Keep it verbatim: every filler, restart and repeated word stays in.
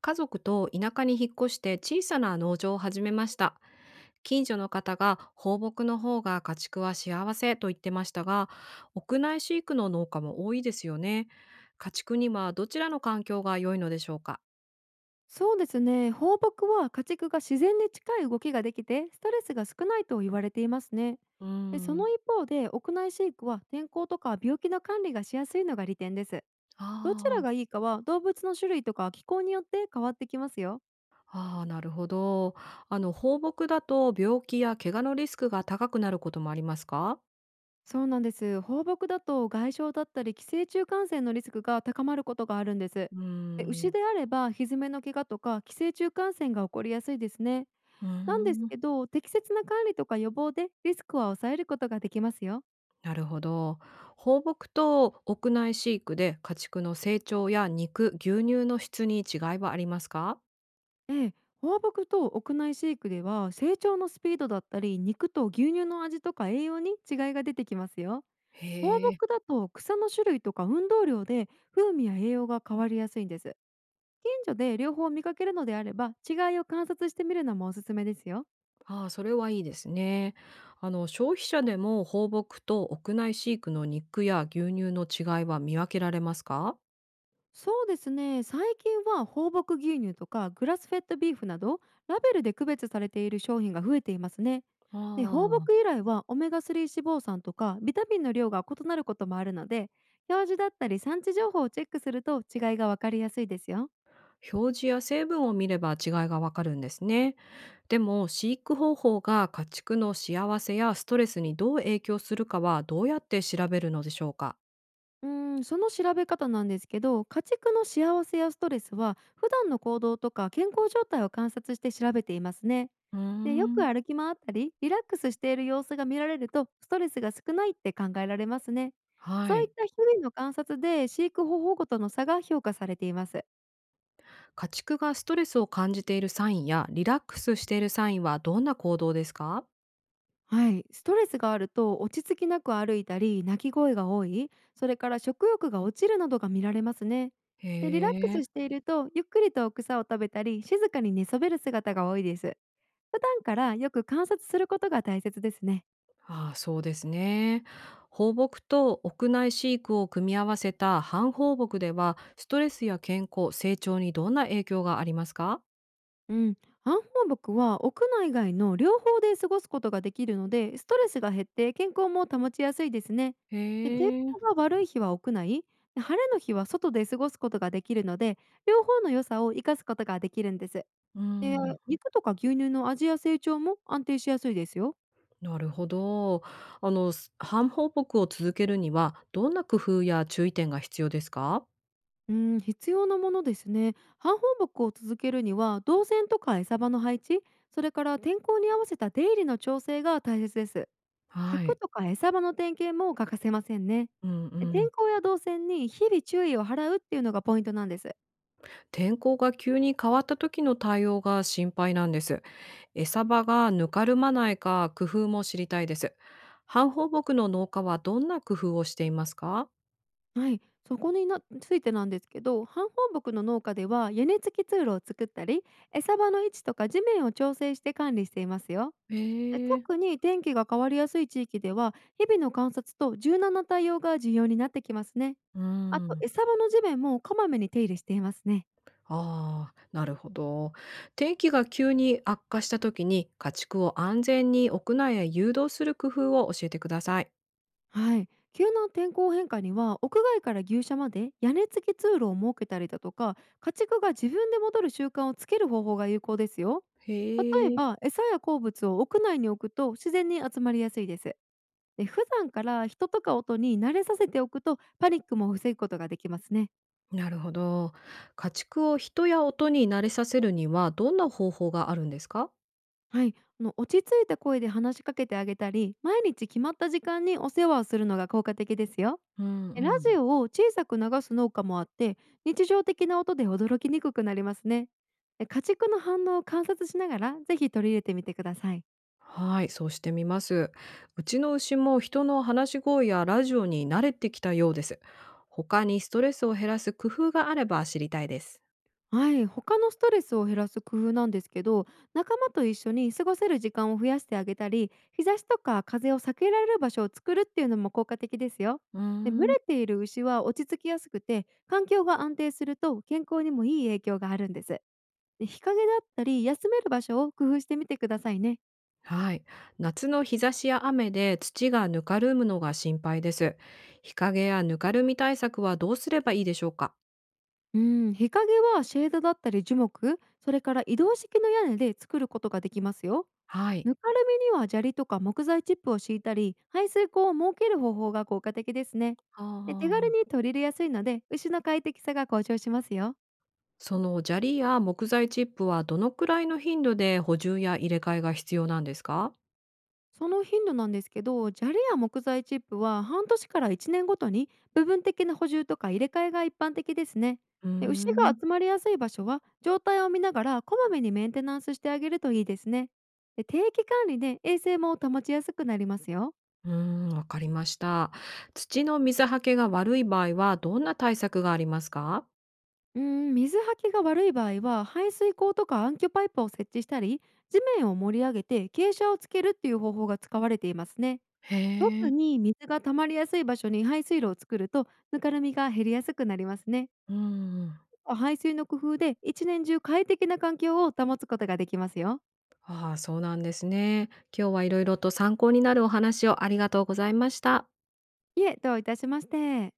家族と田舎に引っ越して小さな農場を始めました。近所の方が放牧の方が家畜は幸せと言ってましたが、屋内飼育の農家も多いですよね。家畜にはどちらの環境が良いのでしょうか。そうですね。放牧は家畜が自然に近い動きができて、ストレスが少ないと言われていますね。うーでそん。の一方で、屋内飼育は天候とか病気の管理がしやすいのが利点です。あどちらーがいいかは動物の種類とか気候によって変わってきますよ。あー、なるほど。あの放牧だと病気や怪我のリスクが高くなることもありますか。そうなんです。放牧だと外傷だったり寄生虫感染のリスクが高まることがあるんです。うーで牛ん。であれば蹄の怪我とか寄生虫感染が起こりやすいですね。うーなんですん。けど、適切な管理とか予防でリスクは抑えることができますよ。なるほど。放牧と屋内飼育で家畜の成長や肉、牛乳の質に違いはありますか？ええ、放牧と屋内飼育では成長のスピードだったり肉と牛乳の味とか栄養に違いが出てきますよ。放牧へえ。だと草の種類とか運動量で風味や栄養が変わりやすいんです。近所で両方見かけるのであれば違いを観察してみるのもおすすめですよ。ああ、それはいいですね。あの、消費者でも放牧と屋内飼育の肉や牛乳の違いは見分けられますか？そうですね、最近は放牧牛乳とかグラスフェッドビーフなど、ラベルで区別されている商品が増えていますね。あで放牧あ、由来はオメガスリー脂肪酸とかビタミンの量が異なることもあるので、表示だったり産地情報をチェックすると違いがわかりやすいですよ。表示や成分を見れば違いがわかるんですね。でも、飼育方法が家畜の幸せやストレスにどう影響するかはどうやって調べるのでしょうか？うーん、その調べ方なんですけど、家畜の幸せやストレスは普段の行動とか健康状態を観察して調べていますね。うーでよくん。歩き回ったりリラックスしている様子が見られると、ストレスが少ないって考えられますね。はそういっい。た日々の観察で飼育方法ごとの差が評価されています。家畜がストレスを感じているサインやリラックスしているサインはどんな行動ですか？はい、ストレスがあると落ち着きなく歩いたり泣き声が多い、それから食欲が落ちるなどが見られますね。へでリラックえ、スしているとゆっくりと草を食べたり静かに寝そべる姿が多いです。普段からよく観察することが大切ですね。ああそうですね。放牧と屋内飼育を組み合わせた半放牧ではストレスや健康、成長にどんな影響がありますか？うん、アン放牧は屋内外の両方で過ごすことができるので、ストレスが減って健康も保ちやすいですね。で天へえ、候が悪い日は屋内で、晴れの日は外で過ごすことができるので、両方の良さを生かすことができるんです。うでん、肉とか牛乳の味や成長も安定しやすいですよ。なるほど。あの、す半放牧を続けるにはどんな工夫や注意点が必要ですか？うん、必要なものですね。半放牧を続けるには動線とか餌場の配置、それから天候に合わせた出入りの調整が大切です。は柵い。とか餌場の点検も欠かせませんね。うんうで天ん。候や動線に日々注意を払うっていうのがポイントなんです。天候が急に変わった時の対応が心配なんです。餌場がぬかるまないか工夫も知りたいです。半放牧の農家はどんな工夫をしていますか？はい、そこになついてなんですけど、半放牧の農家では屋根付き通路を作ったり、餌場の位置とか地面を調整して管理していますよ。へでえ、特に天気が変わりやすい地域では、日々の観察と柔軟な対応が重要になってきますね。うあと、ん。餌場の地面もこまめに手入れしていますね。ああ、なるほど。天気が急に悪化した時に家畜を安全に屋内へ誘導する工夫を教えてください。はい、急な天候変化には屋外から牛舎まで屋根付き通路を設けたりだとか、家畜が自分で戻る習慣をつける方法が有効ですよ。例えへえ。ば餌や好物を屋内に置くと自然に集まりやすいです。で普段から人とか音に慣れさせておくとパニックも防ぐことができますね。なるほど。家畜を人や音に慣れさせるにはどんな方法があるんですか？はい、あの落ち着いた声で話しかけてあげたり、毎日決まった時間にお世話をするのが効果的ですよ。うんでラうん。ジオを小さく流す農家もあって、日常的な音で驚きにくくなりますね。で家畜の反応を観察しながらぜひ取り入れてみてください。はい、そうしてみます。うちの牛も人の話し声やラジオに慣れてきたようです。他にストレスを減らす工夫があれば知りたいです。はい、他のストレスを減らす工夫なんですけど、仲間と一緒に過ごせる時間を増やしてあげたり、日差しとか風を避けられる場所を作るっていうのも効果的ですよ。うーで群れん。ている牛は落ち着きやすくて、環境が安定すると健康にもいい影響があるんです。で日陰だったり休める場所を工夫してみてくださいね。はい、夏の日差しや雨で土がぬかるむのが心配です。日陰やぬかるみ対策はどうすればいいでしょうか。うん、日陰はシェードだったり樹木、それから移動式の屋根で作ることができますよ。はい、ぬかるみには砂利とか木材チップを敷いたり、排水溝を設ける方法が効果的ですね。あで手軽あ、に取り入れやすいので、牛の快適さが向上しますよ。その砂利や木材チップはどのくらいの頻度で補充や入れ替えが必要なんですか。その頻度なんですけど、砂利や木材チップは半年からいちねんごとに部分的な補充とか入れ替えが一般的ですね。うーで牛がん。集まりやすい場所は状態を見ながらこまめにメンテナンスしてあげるといいですね。で定期管理で衛生も保ちやすくなりますよ。うーん、わかりました。土の水はけが悪い場合はどんな対策がありますか？うーん水はけが悪い場合は排水口とか暗渠パイプを設置したり、地面を盛り上げて傾斜をつけるっていう方法が使われていますね。へ特え。に水が溜まりやすい場所に排水路を作るとぬかるみが減りやすくなりますね。うんうん。排水の工夫で一年中快適な環境を保つことができますよ。ああ、そうなんですね。今日はいろいろと参考になるお話をありがとうございました。いえ、どういたしまして。